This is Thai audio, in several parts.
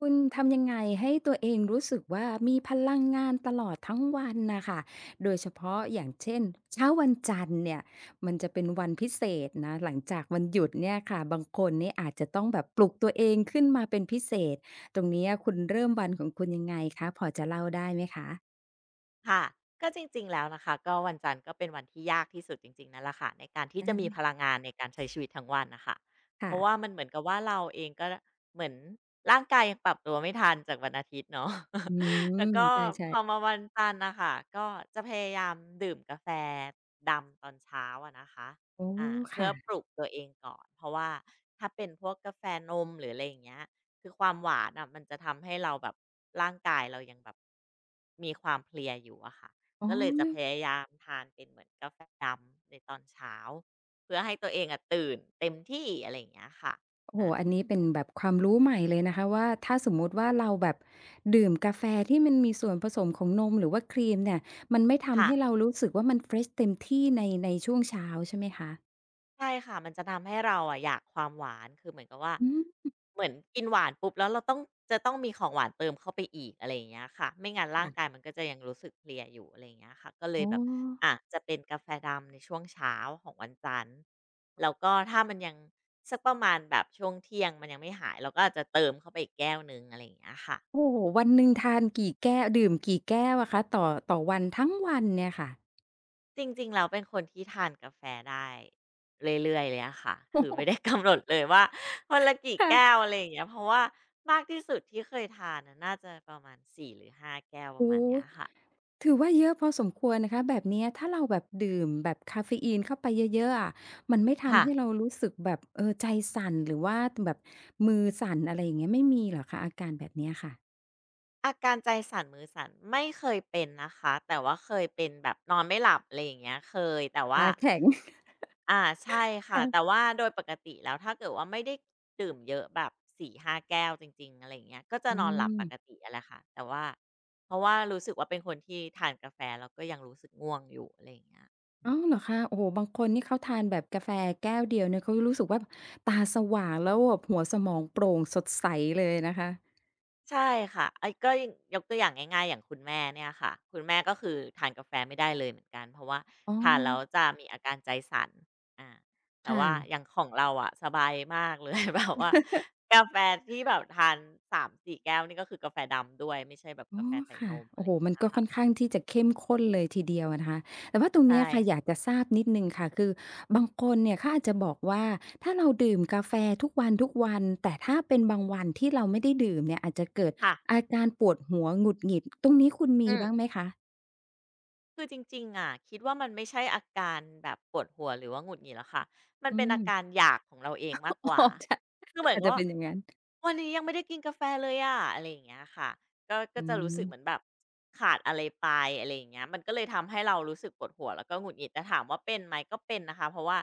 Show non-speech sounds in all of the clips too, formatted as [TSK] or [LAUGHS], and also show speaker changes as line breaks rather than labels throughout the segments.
คุณทำยังไงให้ตัวเองรู้สึกว่ามีพลังงานตลอดทั้งวันน่ะค่ะโดยเฉพาะอย่างเช่นเช้าวันจันทร์เนี่ยมันจะเป็นวันพิเศษนะหลังจากวันหยุดเนี่ยค่ะบางคนนี่อาจจะต้องแบบปลุกตัวเองขึ้นมาเป็นพิเศษตรงเนี้ยคุณเริ่มวันของคุณยังไงคะพอจะเล่าได้ไหมคะ
ค่ะก็จริงๆแล้วนะคะก็วันจันทร์ก็เป็นวันที่ยากที่สุดจริงๆนั่นแหละค่ะในการที่จะมีพลั
อา
งงานในการใช้ชีวิตทั้งวันน่ะค่ะเพ
ค่ะ
ราะว่ามันเหมือนกับว่าเราเองก็เหมือนร่างกายยังปรับตัวไม่ทันจากวันอาทิตย์เนาะ
อื
[LAUGHS] แล้
ม
วก็
ใช่
พอ
ๆ
มาวันจันทร์น่ะค่ะก็จะพยายามดื่มกาแฟดำตอนเช้าอะนะคะ
โอ้
เพื่อป
ค่ะ
ลุกตัวเองก่อนเพราะว่าถ้าเป็นพวกกาแฟนมหรืออะไรอย่างเงี้ย คือความหวานอ่ะมันจะทำให้เราแบบร่างกายเรายังแบบมีความเพลียอยู่อะค่ะ
อ๋อ
ก็เลยจะพยายามทานเป็นเหมือนกาแฟดำในตอนเช้าเพื่อให้ตัวเองอะตื่นเต็มที่อะไรอย่างเงี้ยค่ะ
โอ้โฮ
อา
อันนี้เป็นแบบความรู้ใหม่เลยนะคะว่าถ้าสมมุติว่าเราแบบดื่มกาแฟที่มันมีส่วนผสมของนมหรือว่าครีมเนี่ยมันไม่ทำ
ค่ะ
ให้เรารู้สึกว่ามันเฟรชเต็มที่ในช่วงเช้าใช่ไหมคะ
ใช่ค่ะมันจะทำให้เราอะอยากความหวานคือเหมือนกับว่า
อืม
เหมือนกินหวานปุ๊บแล้วเราต้องจะต้องมีของหวานเติมเข้าไปอีกอะไรอย่างเงี้ยค่ะไม่งั้นร่างกาย
ค่ะ
มันก็จะยังรู้สึกเพลียอยู่อะไรอย่างเงี้ยค่ะก็เลย
อ๋อ
แบบอะจะเป็นกาแฟดำในช่วงเช้าของวันจันทร์แล้วก็ถ้ามันยังสักประมาณแบบช่วงเที่ยงมันยังไม่หายเราก็อาจจะเติมเข้าไปอีกแก้วหนึ่งอะไรอย่างเงี้ยค่ะ
โอ้โฮวันหนึ่งทานกี่แก้วดื่มกี่แก้วอะคะต่อวันทั้งวันเนี่ยค่ะ
จริงๆแล้วเป็นคนที่ทานกาแฟได้เรื่อยๆเลยอะค่ะ
โอ้
คือ
โฮ
ไม่ได้ [LAUGHS] กำหนดเลยว่าวันละกี่แก้
ค่ะ
วอะไรอย่างเงี้ยเพราะว่ามากที่สุดที่เคยทานอะน่าจะประมาณสี่หรือห้าแก้วประ
โอ้
มาณ
โฮ
เนี้ยค่ะ
ถือว่าเยอะพอสมควรนะคะแบบเนี้ยถ้าเราแบบดื่มแบบกาเฟอีนเข้าไปเยอะๆอะมันไม่
ค่ะ
ทำให้เรารู้สึกแบบเออใจสั่นหรือว่าแบบมือสั่นอะไรอย่างเงี้ยไม่มีเหรอคะอาการแบบเนี้ยค่ะ
อาการใจสั่นมือสั่นไม่เคยเป็นนะคะแต่ว่าเคยเป็นแบบนอนไม่หลับอะไรอย่างเงี้ยเคยแต่ว่า
ตาแข็ง [LAUGHS]
ใช่ค่ะแต่
ค่ะ
ว่าโดยปกติแล้วถ้าเกิดว่าไม่ได้ดื่มเยอะแบบสี่ห้าแก้วจริงๆอะไรอย่างเงี้ยก็จะ
อื
นอนหลับ
ม
ปกติอะไรค่ะแต่ว่าเพราะว่ารู้สึกว่าเป็นคนที่ทานกาแฟแล้วก็ยังรู้สึกง่วงอยู่อะไรอย่างเงี้ย
อ้าวเหรอคะโอ้โฮบางคนนี่เขาทานแบบกาแฟแก้วเดียวเนี่ยเขารู้สึกว่าตาสว่างแล้วแบบหัวสมองโปร่งสดใสเลยนะคะ
ใช่ค่ะไอ้ก็ยกตัวอย่างง่ายๆอย่างคุณแม่เนี่ยค่ะคุณแม่ก็คือทานกาแฟไม่ได้เลยเหมือนกันเพราะว่า
อ๋อ
ทานแล้วจะมีอาการใจสั่นอาแต่
ค่ะ
ว่าอย่างของเราอะสบายมากเลย [LAUGHS] แบบว่ากาแฟที่แบบทาน3-4แก้วนี่ก็คือกาแฟดำด้วยไม่ใช่แบบ
อ๋อ
กาแฟใส่น
ค่ะ
มอะ
โอ้
ไร
โฮ
อย่าง
มัน
เงี้ย
ก็ค่
ค่ะ
อนข้างที่จะเข้มข้นเลยทีเดียวอะนะคะแต่ว่าตรงเนี้ย
ใช่
ค่ะอยากจะทราบนิดหนึ่งค่ะ คือบางคนเนี่ยเขาอาจจะบอกว่าถ้าเราดื่มกาแฟทุกวันๆแต่ถ้าเป็นบางวันที่เราไม่ได้ดื่มเนี่ยอาจจะเกิด
ค่ะ
อาการปวดหัวหงุดหงิดตรงนี้คุณ
อื
มี
ม
บ้างไหมคะ
คือจริงๆอะคิดว่ามันไม่ใช่อาการแบบปวดหัวหรือว่าหงุดหงิดหรอกค่ะมัน
อื
เป็นอา
ม
การอยากของเราเองมาก
[LAUGHS]
ก
อ๋
ว่า
อจะ
คือเหมือน
อาจ
กับ
จะ
ว่า
เป็นอย่างงั้น
วันนี้ยังไม่ได้กินกาแฟเลยอะอะไรอย่างเงี้ยค่ะก็
อื
จะรู้
ม
สึกเหมือนแบบขาดอะไรไปอะไรอย่างเงี้ยมันก็เลยทำให้เรารู้สึกปวดหัวแล้วก็หงุดหงิดแต่ถามว่าเป็นไหมก็เป็นนะคะเพราะว่า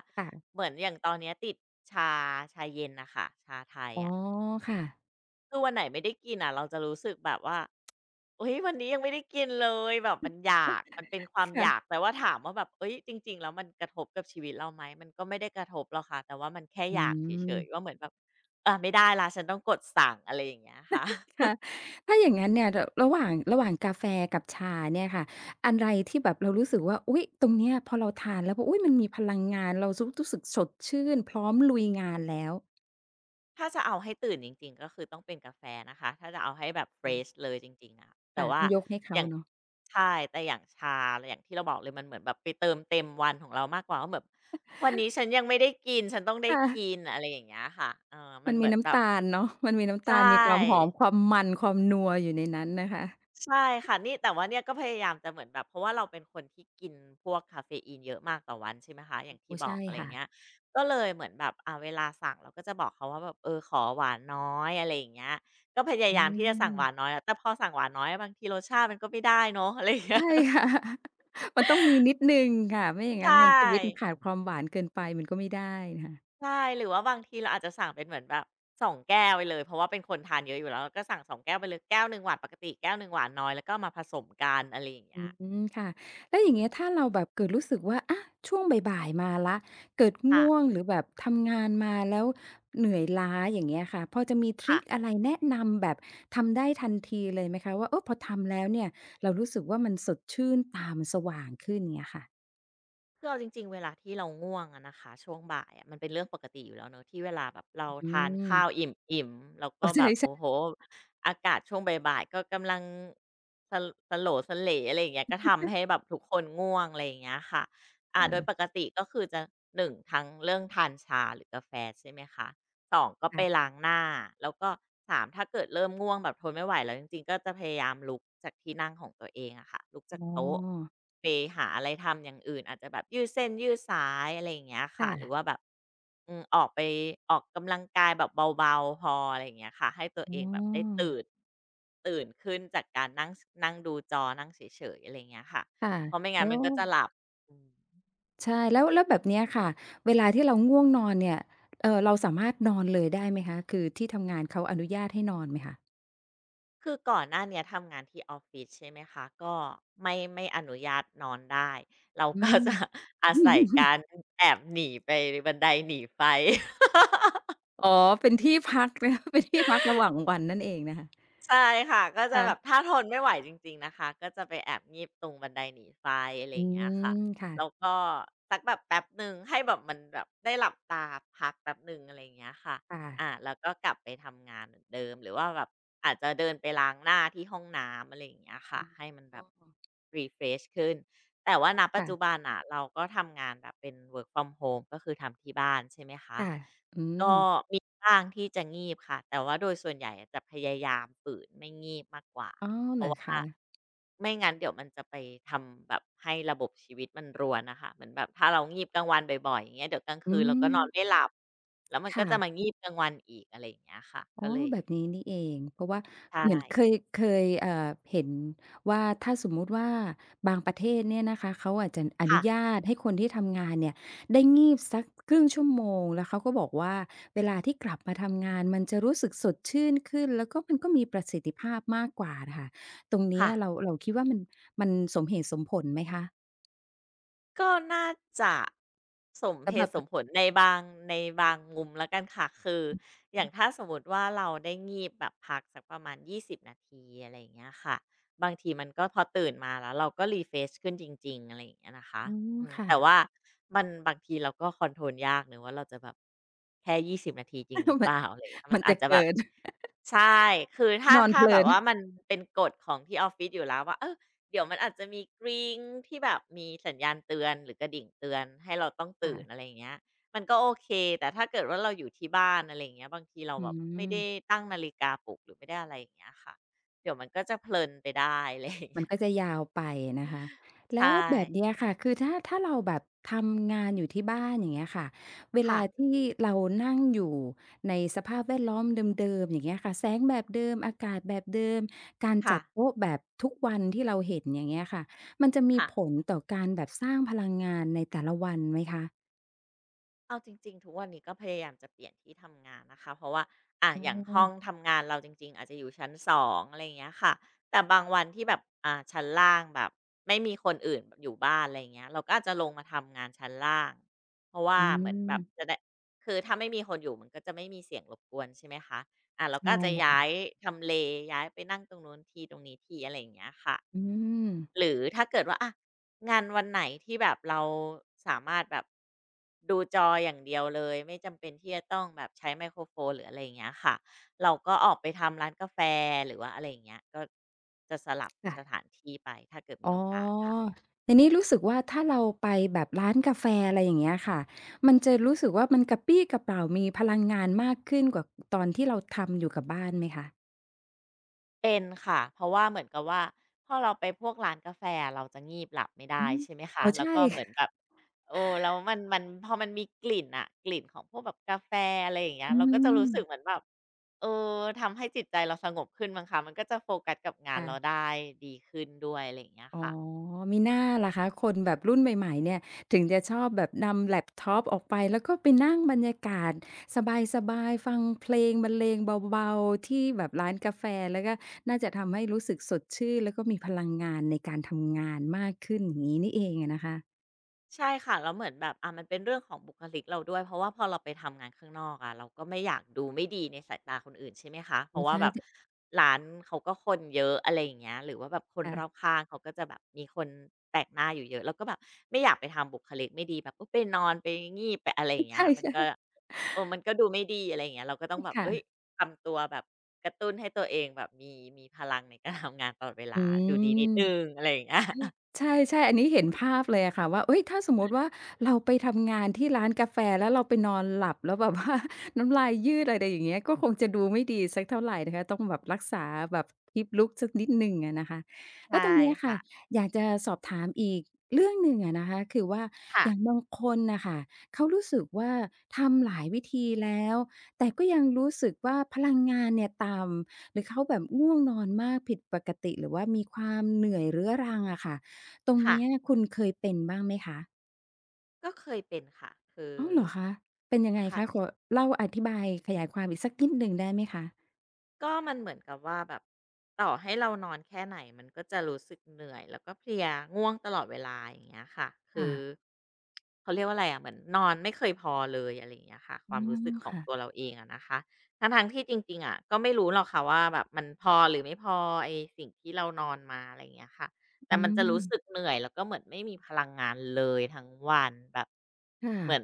เห
ค่ะ
มือนอย่างตอนเนี้ยติดชาชาเย็นน่ะค่ะชาไทย
อ๋อ
อะ
ค่ะ
คือวันไหนไม่ได้กินอะเราจะรู้สึกแบบว่า [TSK] เฮ้ยวันนี้ยังไม่ได้กินเลยแบบมันอยากมันเป็นความอยาก
ค่ะ
แต่ว่าถามว่าแบบเฮ้ยจริงๆแล้วมันกระทบกับชีวิตเราไหมมันก็ไม่ได้กระทบหรอกค่ะแต่ว่ามันแค่
อื
อยากเฉยๆ
ม
ว่าเหมือนแบบอาไม่ได้ละฉันต้องกดสั่งอะไรอย่างเงี้ยค่ะ
ค่ะถ้าอย่างงั้นเนี่ยระหว่างกาแฟกับชาเนี่ยค่ะอะไรที่แบบเรารู้สึกว่าอุ๊ยตรงเนี้ยพอเราทานแล้วอุ๊ยมันมีพลังงานเรารู้สึกสดชื่นพร้อมลุยงานแล้ว
ถ้าจะเอาให้ตื่นจริงๆก็คือต้องเป็นกาแฟนะคะ ถ้าจะเอาให้แบบเฟร
ค่ะ
ชเลยจริงๆอะแต่
ค่ะ
ว่า
ต้องยกให้
อ
เขา
ย่าง
เนาะ
ใช่แต่อย่างชาอย่างที่เราบอกเลยมันเหมือนแบบไปเติมเต็มวันของเรามากกว่าว่าแบบวันนี้ฉันยังไม่ได้กินฉันต้อง
ค
ได้กิน
่ะ
อะไรอย่างเงี้ยค่ะเออมั
มั
น
น
เห
มี
มือนแบ
น้ำ
บ
ตาลเนาะมันมีน้ำ
ใช่
ตาลมีความหอมความมันความนัวอยู่ในนั้นนะคะ
ใช่ค่ะนี่แต่ว่าเนี่ยก็พยายามจะเหมือนแบบเพราะว่าเราเป็นคนที่กินพวกคาเฟอีนเยอะมากต่อวันใช่ไหมคะอย่างที่
โอ้
บอ
ใช่
กอะไร
ค่ะ
เงี้ยก็เลยเหมือนแบบเวลาสั่งเราก็จะบอกเขาว่าแบบเออขอหวานน้อยอะไรอย่างเงี้ยก็พยา
อื
ยามที่จะสั่งหวานน้
ม
อยอะแต่พอสั่งหวานน้อยอะบางทีรสชาติมันก็ไม่ได้เนอะ [LAUGHS] อะไรอย่างเงี้ย
ใช่ค่ะ [LAUGHS] มันต้องมีนิดหนึ่งค่ะไม่อย่าง
ใช
งั้นมันชีวิตมัน
่
ขาดความหวานเกินไปมันก็ไม่ได้นะคะ
ใช่หรือว่าบางทีเราอาจจะสั่งเป็นเหมือนแบบสองแก้วไปเลยเพราะว่าเป็นคนทานเยอะอยู่แล้วก็สั่งสองแก้วไปเลยแก้วหนึ่งหวานปกติแก้วหนึ่งหวานน้อยแล้วก็มาผสมกันอะไรอย่างเงี้
อื
ย
มค่ะแล้วอย่างเงี้ยถ้าเราแบบเกิดรู้สึกว่าอะช่วงบ่ายๆมาแล้วเกิด
ค่ะ
ง่วงหรือแบบทำงานมาแล้วเหนื่อยล้าอย่างเงี้ยค่ะพอจะมีท
ค่ะ
ริกอะไรแนะนำแบบทำได้ทันทีเลยไหมคะว่าเออพอทำแล้วเนี่ยเรารู้สึกว่ามันสดชื่นตามันสว่างขึ้นเงี้ยค่ะ
คือเอาจริงๆเวลาที่เราง่วงอะนะคะช่วงบ่ายอะมันเป็นเรื่องปกติอยู่แล้วเนอะที่เวลาแบบเรา
อื
ทาน
ม
ข้าวอิ่มๆแล้ว
[LAUGHS] อ๋
ก็
อใ
แบบ
ช่
โอ้
ๆ
โฮอากาศช่วงบ่ายๆก็กำลังสสโหลสเหลอะไรอย่างเงี้ยก็ทำให้แบบทุกคนง่วงอะไรอย่างเงี้ยค่ะอ่าโดยป
ค่ะ
กติก็คือจะหนึ่งทั้งเรื่องทานชาหรือกาแฟใช่ไหมคะ สองก็ไปล้า
ค่ะ
งหน้าแล้วก็3ถ้าเกิดเริ่มง่วงแบบทนไม่ไหวแล้วจริงๆก็จะพยายามลุกจากที่นั่งของตัวเองอะค่ะลุก
อ๋
จา
อ
กโต๊ะไปหาอะไรทำอย่างอื่นอาจจะแบบยืดเส้นยืดสายอะไรอย่างเงี้ยค่ะ
ค่ะ
หรือว่าแบบอืมออกไปออกกำลังกายแบบเบาๆพออะไรอย่างเงี้ยค่ะให้ตัว
อ๋
เองแบบได้
อ
ตื่นขึ้นจากการนั่งนั่งดูจอนั่งเฉยๆอะไรอย่างเงี้ยค่ะ
ค่ะ
เพราะไม่
โอ
งั้นมันก็จะหลับอืม
ใช่แล้วแล้วแบบเนี้ยค่ะเวลาที่เราง่วงนอนเนี่ยเราสามารถนอนเลยได้ไหมคะคือที่ทำงานเขาอนุญาตให้นอนไหมคะ
คือก่อนหน้าเนี้ยทำงานที่ออฟฟิศใช่ไหมคะก็ไม่อนุญาตนอนได้เรา
อื
ก็
ม
จะ [LAUGHS] อาศัย
[LAUGHS]
การแอบหนีไปบันไดหนีไฟ
อ๋อเป็นที่พักนะ [LAUGHS] คะเป็นที่พักระหว่างวันนั่นเองนะคะ
ใช่ค่ะก็จะแบบ
ค่ะ
ถ้าทนไม่ไหวจริงๆนะคะก็จะไปแอบงีบตรงบันไดหนีไฟอะไร
อื
อย่างเงี้ยค่ะ
ม
แล้ว
ค่ะ
ก็สักแบบแป๊บหนึ่งให้แบบมันแบบได้หลับตาพักแป๊บหนึ่งอะไรอย่างเงี้ยค่ะอา
ค่ะ
แล้วก็กลับไปทำงานเหมือนเดิมหรือว่าแบบอาจจะเดินไปล้างหน้าที่ห้องน้ำอะไรอย่างเงี้ย
อื
ค่ะ
ม
ให้มันแบ
อ๋อ
บ refresh ขึ้นแต่ว่าณปัจจุ
ค่ะ
บันอ่ะเราก็ทำงานแบบเป็น work from home ก็คือทำที่บ้านใช่ไหมคะ
ค่ะอื
ก็
ม
มีบ้างที่จะงีบค่ะแต่ว่าโดยส่วนใหญ่อะจะพยายามฝืนไม่งีบมากกว่า
อ๋อ
เพ
เหร
ราะ
อ
ว่า
คะ
ไม่งั้นเดี๋ยวมันจะไปทำแบบให้ระบบชีวิตมันรวนน่ะค่ะเหมือนแบบถ้าเรางีบกลางวันบ่อยๆอย่างเงี้ยเดี๋ยวกลาง
อื
คืนเราก็น
ม
อนไม่หลับแล้วมันก็จะมา
ค่ะ
งีบกลางวันอีกอะไรอย่างเงี้ยค่ะ
อ๋
ก็
อ
เลย
แบบนี้นี่เองเพราะว่า
ใช่
เหมือนเคยเห็นว่าถ้าสมมุติว่าบางประเทศเนี่ยนะคะเขาอาจจะอ
ค่ะ
นุญาตให้คนที่ทำงานเนี่ยได้งีบสักครึ่งชั่วโมงแล้วเขาก็บอกว่าเวลาที่กลับมาทำงานมันจะรู้สึกสดชื่นขึ้นแล้วก็มันก็มีประสิทธิภาพมากกว่าน่ะค่ะตรงนี้
ค่ะ
เราคิดว่ามันสมเหตุสมผลไหมคะ
ก็น่าจะสมเห
สำหรั
ตุ
บ
สมผลในบางในบางมุมแล้วกันค่ะคืออย่างถ้า
[UNINTELLIGIBLE]
สมมติว่าเราได้งีบแบบพักสักประมาณยี่สิบนาทีอะไรอย่างเงี้ยค่ะบางทีมันก็พอตื่นมาแล้วเราก็รีเฟช h ขึ้นจริงๆอะไรอย่างเงี้ยนะคะ
อืม
อืม
ค่ะ
แต่ว่ามันบางทีเราก็คอนโทรลยากเนาะว่าเราจะแบบแค่ยี่สิบนาทีจริงหรือ
[LAUGHS]
เป
มัน
ล่าอะไรอย่างเงี้ยมันอา
จะ
จจะแบ
เกิ
บ
น [LAUGHS]
ใช่คือถ้า
นอน
ถ้า
เพ
แบ
ลิ
บ
น
ว่ามันเป็นกฎของที่ออฟฟิศอยู่แล้วว่าเออเดี๋ยวมันอาจจะมีกริ๊งที่แบบมีสัญญาณเตือนหรือกระดิ่งเตือนให้เราต้องตื่นอะ
ค่ะ
ไรอย่างเงี้ยมันก็โอเคแต่ถ้าเกิดว่าเราอยู่ที่บ้านอะไรอย่างเงี้ยบางทีเรา
อื
แบบไม่ได้
ม
ตั้งนาฬิกาปลุกหรือไม่ได้อะไรอย่างเงี้ยค่ะเดี๋ยวมันก็จะเพลินไปได้อะไรอย่าง
มัน
เงี้ย
ก็จะยาวไปนะคะ
ใช่
แล้วแบบเนี้ยค่ะ คือถ้าเราแบบทำงานอยู่ที่บ้านอย่างเงี้ยค่ะเว
ค่ะ
ลาที่เรานั่งอยู่ในสภาพแวดล้อมเดิมๆอย่างเงี้ยค่ะแสงแบบเดิม อากาศแบบเดิม การ
ค่ะ
จัดโต๊ะแบบทุกวันที่เราเห็นอย่างเงี้ยค่ะ มันจะมี
ค่ะ
ผลต่อการแบบสร้างพลังงานในแต่ละวันไหมคะ
เอาจริงๆทุกวันนี้ก็พยายามจะเปลี่ยนที่ทำงานนะคะเพราะว่าอ่า
อ๋อ
อย่างห้องทำงานเราจริงๆอาจจะอยู่ชั้นสองอะไรอย่างเงี้ยค่ะแต่บางวันที่แบบอ่าชั้นล่างแบบไม่มีคนอื่นอยู่บ้านอะไรอย่างเงี้ยเราก็อาจจะลงมาทำงานชั้นล่างเพราะว่า
อื
เหมือนแบบ
ม
จะได้คือถ้าไม่มีคนอยู่มันก็จะไม่มีเสียงรบกวนใช่ไหมคะอ่าเราก็
ใช่
อาจจะย้าย
ค่ะ
ทำเลย้ายไปนั่งตรงนู้นทีตรงนี้ทีอะไรอย่างเงี้ยค่ะ
อื
อืม
ม
หรือถ้าเกิดว่าอะ งานวันไหนที่แบบเราสามารถแบบดูจออย่างเดียวเลยไม่จำเป็นที่จะต้องแบบใช้ไมโครโฟนหรืออะไรอย่างเงี้ยค่ะเราก็ออกไปทำร้านกาแฟหรือว่าอะไรอย่างเงี้ยก็จะสลับสถา
ค่ะ
นที่ไปถ้าเกิด
อ๋อ
มีโอกาสค่ะ
แต่นี่รู้สึกว่าถ้าเราไปแบบร้านกาแฟอะไรอย่างเงี้ยค่ะมันจะรู้สึกว่ามันกระปรี้กระเปร่ามีพลังงานมากขึ้นกว่าตอนที่เราทำอยู่กับบ้านไหมคะ
เป็นค่ะเพราะว่าเหมือนกับว่าพอเราไปพวกร้านกาแฟเราจะงีบหลับไม่
อื
ได้
ม
ใช่ไหมคะ
อ๋อ
แล้ว
ใช่
ก็เหมือนแบบ เออแล้วมันพอมันมีกลิ่นอะกลิ่นของพวกแบบกาแฟอะไรอย่างเงี้ย
อื
เราก็จะ
ม
รู้สึกเหมือนแบบเออทำให้จิตใจเราสงบขึ้นมั้งคะมันก็จะโฟกัสกับงาน
ค่ะ
เราได้ดีขึ้นด้วยอะไรอย่างเงี้ย
อ๋อ
ค่ะ
มิน่าล่ะคะคนแบบรุ่นใหม่ๆเนี่ยถึงจะชอบแบบนำแล็ปท็อปออกไปแล้วก็ไปนั่งบรรยากาศสบายๆฟังเพลงบรรเลงเบาๆที่แบบร้านกาแฟแล้วก็น่าจะทำให้รู้สึกสดชื่นแล้วก็มีพลังงานในการทำงานมากขึ้นอย่างงี้นี่เองอะนะคะ
ใช่ค่ะแล้วเหมือนแบบมันเป็นเรื่องของบุคลิกเราด้วยเพราะว่าพอเราไปทำงานข้างนอกอะเราก็ไม่อยากดูไม่ดีในสายตาคนอื่นใช่ไหมคะเพ
อ๋อ
ราะว่า
ใช่
แบบ
ๆ
ร้านเขาก็คนเยอะอะไรอย่างเงี้ยหรือว่าแบบคนรอบ
ค่ะ
ข้างเขาก็จะแบบมีคนแปลกหน้าอยู่เยอะเราก็แบบไม่อยากไปทำบุคลิกไม่ดีแบบก็ไปนอนไปงีบไปอะไรอย่างเงี้ย
ใช่
มันก็เออมันก็ดูไม่ดีอะไรอย่างเงี้ยเราก็ต้องแบบ
ๆค่ะ
เอ้ยทำตัวแบบกระตุ้นให้ตัวเองแบบมีพลังในการ [LAUGHS] ทำงานตลอดเวลา
อื
ดูดีนิด
ม
นึ่งอะไรอย่างเงี้ย
ใช่ๆอันนี้เห็นภาพเลยอะค่ะว่าเฮ้ยถ้าสมมุติว่าเราไปทำงานที่ร้านกาแฟแล้วเราไปนอนหลับแล้วแบบว่า [LAUGHS] น้ำลายยืดอะไรอย่างเงี้ยก็คงจะดูไม่ดีสักเท่าไรนะคะต้องแบบรักษาแบบ keep look สักนิดหนึ่งอะนะคะแล้ว
ใช่
ตรงเนี้ยค่ะ
ค่ะ
อยากจะสอบถามอีกเรื่องหนึ่งอะนะคะคือว่า
ค่ะ
อย่างบางคนน่ะค่ะเขารู้สึกว่าทำหลายวิธีแล้วแต่ก็ยังรู้สึกว่าพลังงานเนี่ยต่ำหรือเขาแบบง่วงนอนมากผิดปกติหรือว่ามีความเหนื่อยเรื้อรังอะค่ะ ตรง
ค่ะ
เนี้ยคุณเคยเป็นบ้างไหมคะ
ก็เคยเป็นค่ะคือ
อ้าวเหรอคะ เป็นยังไง
ค่ะ
คะขอเล่าอธิบายขยายความอีกสักนิดหนึ่งได้ไหมคะ
ก็มันเหมือนกับว่าแบบต่อให้เรานอนแค่ไหนมันก็จะรู้สึกเหนื่อยแล้วก็เพลียง่วงตลอดเวลาอย่างเงี้ยค่ะคื
ค่ะ
อเขาเรียกว่าอะไรอะเหมือนนอนไม่เคยพอเลยอะไรอย่างเงี้ยค่ะค
อ๋
วา
อ
มรู้สึกของ
ค่ะ
ตัวเราเองอะนะคะทั้งทงที่จริงๆอะก็ไม่รู้หรอกค่ะว่าแบบมันพอหรือไม่พอไอสิ่งที่เรานอนมาอะไรอย่างเงี้ยค่ะแต่
อื
มันจะรู้สึก
ม
เหนื่อยแล้วก็เหมือนไม่มีพลังงานเลยทั้งวันแบบ
ค่ะ
เหมือน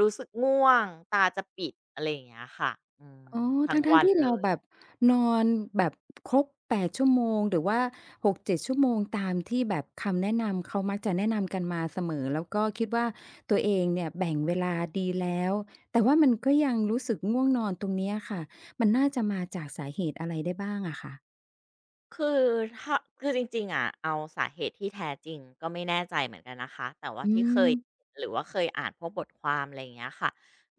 รู้สึกง่วงตาจะปิดอะไรอย่างเงี้ยค่ะอืม
อ๋อ
ทั้ง
ทั้ง
วั
ๆ
น
ที่
เล
เราแบ
ย
บนอนแบบครบ8 ชั่วโมงหรือว่า6-7 ชั่วโมงตามที่แบบคำแนะนำเขามักจะแนะนำกันมาเสมอแล้วก็คิดว่าตัวเองเนี่ยแบ่งเวลาดีแล้วแต่ว่ามันก็ยังรู้สึกง่วงนอนตรงเนี้ยค่ะมันน่าจะมาจากสาเหตุอะไรได้บ้างอะคะ
คือถ้าคือจริงๆอะเอาสาเหตุที่แท้จริงก็ไม่แน่ใจเหมือนกันนะคะแต่ว่า
อื
ที่เค
ม
ยเหนหรือว่าเคยอ่านพวกบทความอะไรอย่างเงี้ยค่ะ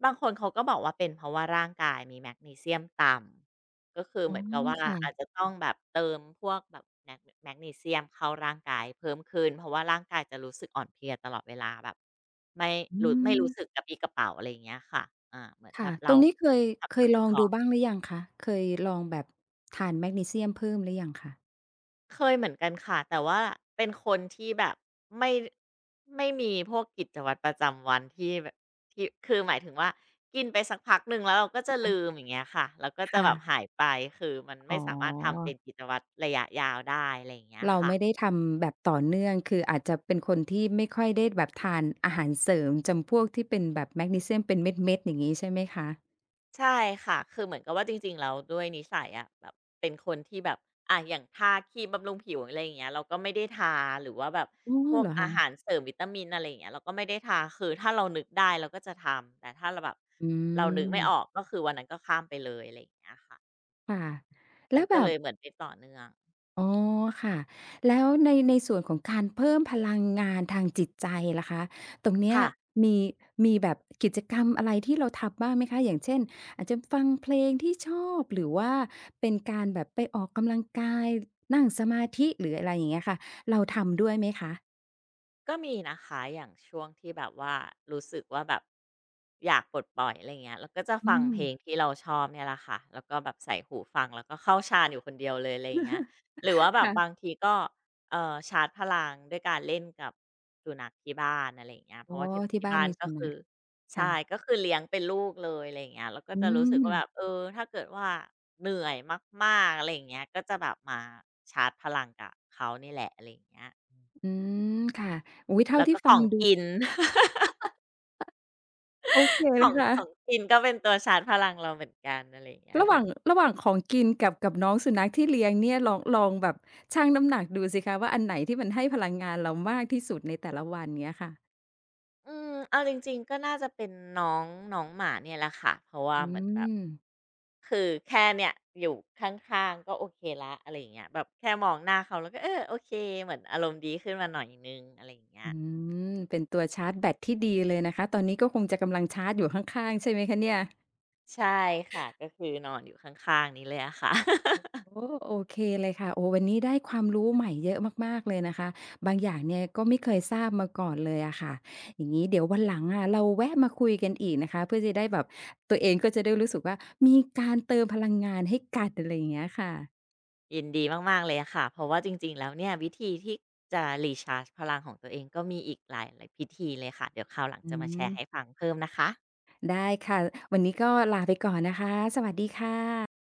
บางคนเขาก็บอกว่าเป็นเพราะว่าร่างกายมีแมกนีเซียมต่ำก็คือ
อ๋
เห
อ
มือนกับว่า
ค่ะ
อาจจะต้องแบบเติมพวกแบบแมกนีเซียมเข้าร่างกายเพิ่มขึ้นเพราะว่าร่างกายจะรู้สึกอ่อนเพลียตลอดเวลาแบบไม่
อื
ไม่
ม
รู้สึกกระปรี้กระเป๋่าอะไรอย่างเงี้ยค่ะอาเหมือนแบ
ค่ะ
บ
ต
เรา
รงนี้เคยเค
ทำงา
ย
น
ล
ไม่
อง
พอ
ดูบ้างหรือยังคะเคยลองแบบทานแมกนีเซียมเพิ่มหรือยังคะ
เคยเหมือนกันค่ะแต่ว่าเป็นคนที่แบบไม่ไม่มีพวกกิจวัตรประจำวันที่แบบที่คือหมายถึงว่ากินไปสักพักหนึ่งแล้วเราก็จะลืม
ค่ะ
อย่างเงี้ยค่ะแล้วก็จะ
ค่ะ
แบบหายไปคือมัน
อ๋
ไม่
อ
สามารถทำเป็นกิจวัตรระยะยาวได้อะไรอย่างเงี้ย
เรา
ค่ะ
ไม่ได้ทำแบบต่อเนื่อง คืออาจจะเป็นคนที่ไม่ค่อยได้แบบทานอาหารเสริมจำพวกที่เป็นแบบแมกนีเซียมเป็นเม็ดๆอย่างงี้ใช่ไหมคะ
ใช่ค่ะคือเหมือนกับว่าจริงๆแล้วด้วยนิสัยอะแบบเป็นคนที่แบบอะอย่างทาครีมบำรุงผิวอะไรอย่างเงี้ยเราก็ไม่ได้ทาหรือว่าแบบ
อ๋อ
พวก
เหรอ
อา
คะ
หารเสริมวิตามินอะไรอย่างเงี้ยเราก็ไม่ได้ทาคือถ้าเรานึกได้เราก็จะทำแต่ถ้าเราแบบ
อื
เรานึกไม่ออก
ม
ก็คือวันนั้นก็ข้ามไปเลยอะไรอย่างเงี้ยค่ะ
ค่ะ
มัน
แล้วแบ
ก็เล
บ
ยเหมือนไม่ต่อเนื่อง
อ๋อค่ะแล้วในส่วนของการเพิ่มพลังงานทางจิตใจล่ะคะตรงเนี้ย
ค่ะ
มีมีแบบกิจกรรมอะไรที่เราทำบ้างไหมคะอย่างเช่นอาจจะฟังเพลงที่ชอบหรือว่าเป็นการแบบไปออกกำลังกายนั่งสมาธิหรืออะไรอย่างเงี้ยค่ะเราทำด้วยไหมคะ
ก็มีนะคะอย่างช่วงที่แบบว่ารู้สึกว่าแบบอยากปลดปล่อยอะไรเงี้ยเราก็จะ
อื
ฟัง
ม
เพลงที่เราชอบเนี่ยแหละค่ะแล้วก็แบบใส่หูฟังแล้วก็เข้าฌานอยู่คนเดียวเลยอะไรเงี้ยหรือ
[LAUGHS]
ว่าแบบบาง
ค่ะ
ทีก็ชาร์จพลังด้วยการเล่นกับสุนัขที่บ้านอะไรเงี้ยเพ
อ๋อ
ราะว่าที่
ที่
ที่
บ้าน
บ้าน
มี
ก็
สุนั
คือ
ขค่ะ
ใช่ก็คือเลี้ยงเป็นลูกเลยอะไรเงี้ยแล้วก็
อื
จะรู้สึก
ม
ว่าแบบเออถ้าเกิดว่าเหนื่อยมากๆอะไรเงี้ยก็จะแบบมาชาร์จพลังกับเขานี่แหละอะไรเงี้ย
อืมค่ะอุ๊ยเท่า
แล้ว
ที่
ก็ข
ฟั
อ
ง
ง
ดู
กิน [LAUGHS]
โอเค
ข
เล
อ
ย
ง
ค่ะ
ของกินก็เป็นตัวชาร์จพลังเราเหมือนกันอะไรอย่างเงี้ย
ระหว่า
ค่ะ
งระหว่างของกินกับน้องสุนัขที่เลี้ยงเนี่ยลองแบบชั่งน้ำหนักดูสิคะว่าอันไหนที่มันให้พลังงานเรามากที่สุดในแต่ละวันเงี้ยค่ะ
อืมเอาจริงๆก็น่าจะเป็นน้องน้องหมาเนี่ยแหละค่ะเพราะว่า
อื
เหมือนแบบ
ม
คือแค่เนี่ยอยู่ข้างๆก็โอเคละอะไรอย่างเงี้ยแบบแค่มองหน้าเขาแล้วก็เออโอเคเหมือนอารมณ์ดีขึ้นมาหน่อยนึงอะไรอย่างเงี้ย
อืมเป็นตัวชาร์จแบตที่ดีเลยนะคะตอนนี้ก็คงจะกำลังชาร์จอยู่ข้างๆใช่ไหมคะเนี่ย
ใช่ค่ะก็คือนอนอยู่ข้างๆนี้เลยอะค่ะ
โอ้โอเคเลยค่ะโอ้วันนี้ได้ความรู้ใหม่เยอะมากๆเลยนะคะบางอย่างเนี่ยก็ไม่เคยทราบมาก่อนเลยอะค่ะอย่างงี้เดี๋ยววันหลังอะเราแวะมาคุยกันอีกนะคะเพื่อจะได้แบบตัวเองก็จะได้รู้สึกว่ามีการเติมพลังงานให้กันอะไรอย่างเงี้ยค่ะ
ยินดีมากๆเลยค่ะเพราะว่าจริงๆแล้วเนี่ยวิธีที่จะรีชาร์จพลังของตัวเองก็มีอีกหลายๆพิธีเลยค่ะเดี๋ยวคราวหลัง
อื
จะมาแช
ม
ร์ให้ฟังเพิ่มนะคะ
ได้ค่ะวันนี้ก็ลาไปก่อนนะคะสวัสดีค่ะ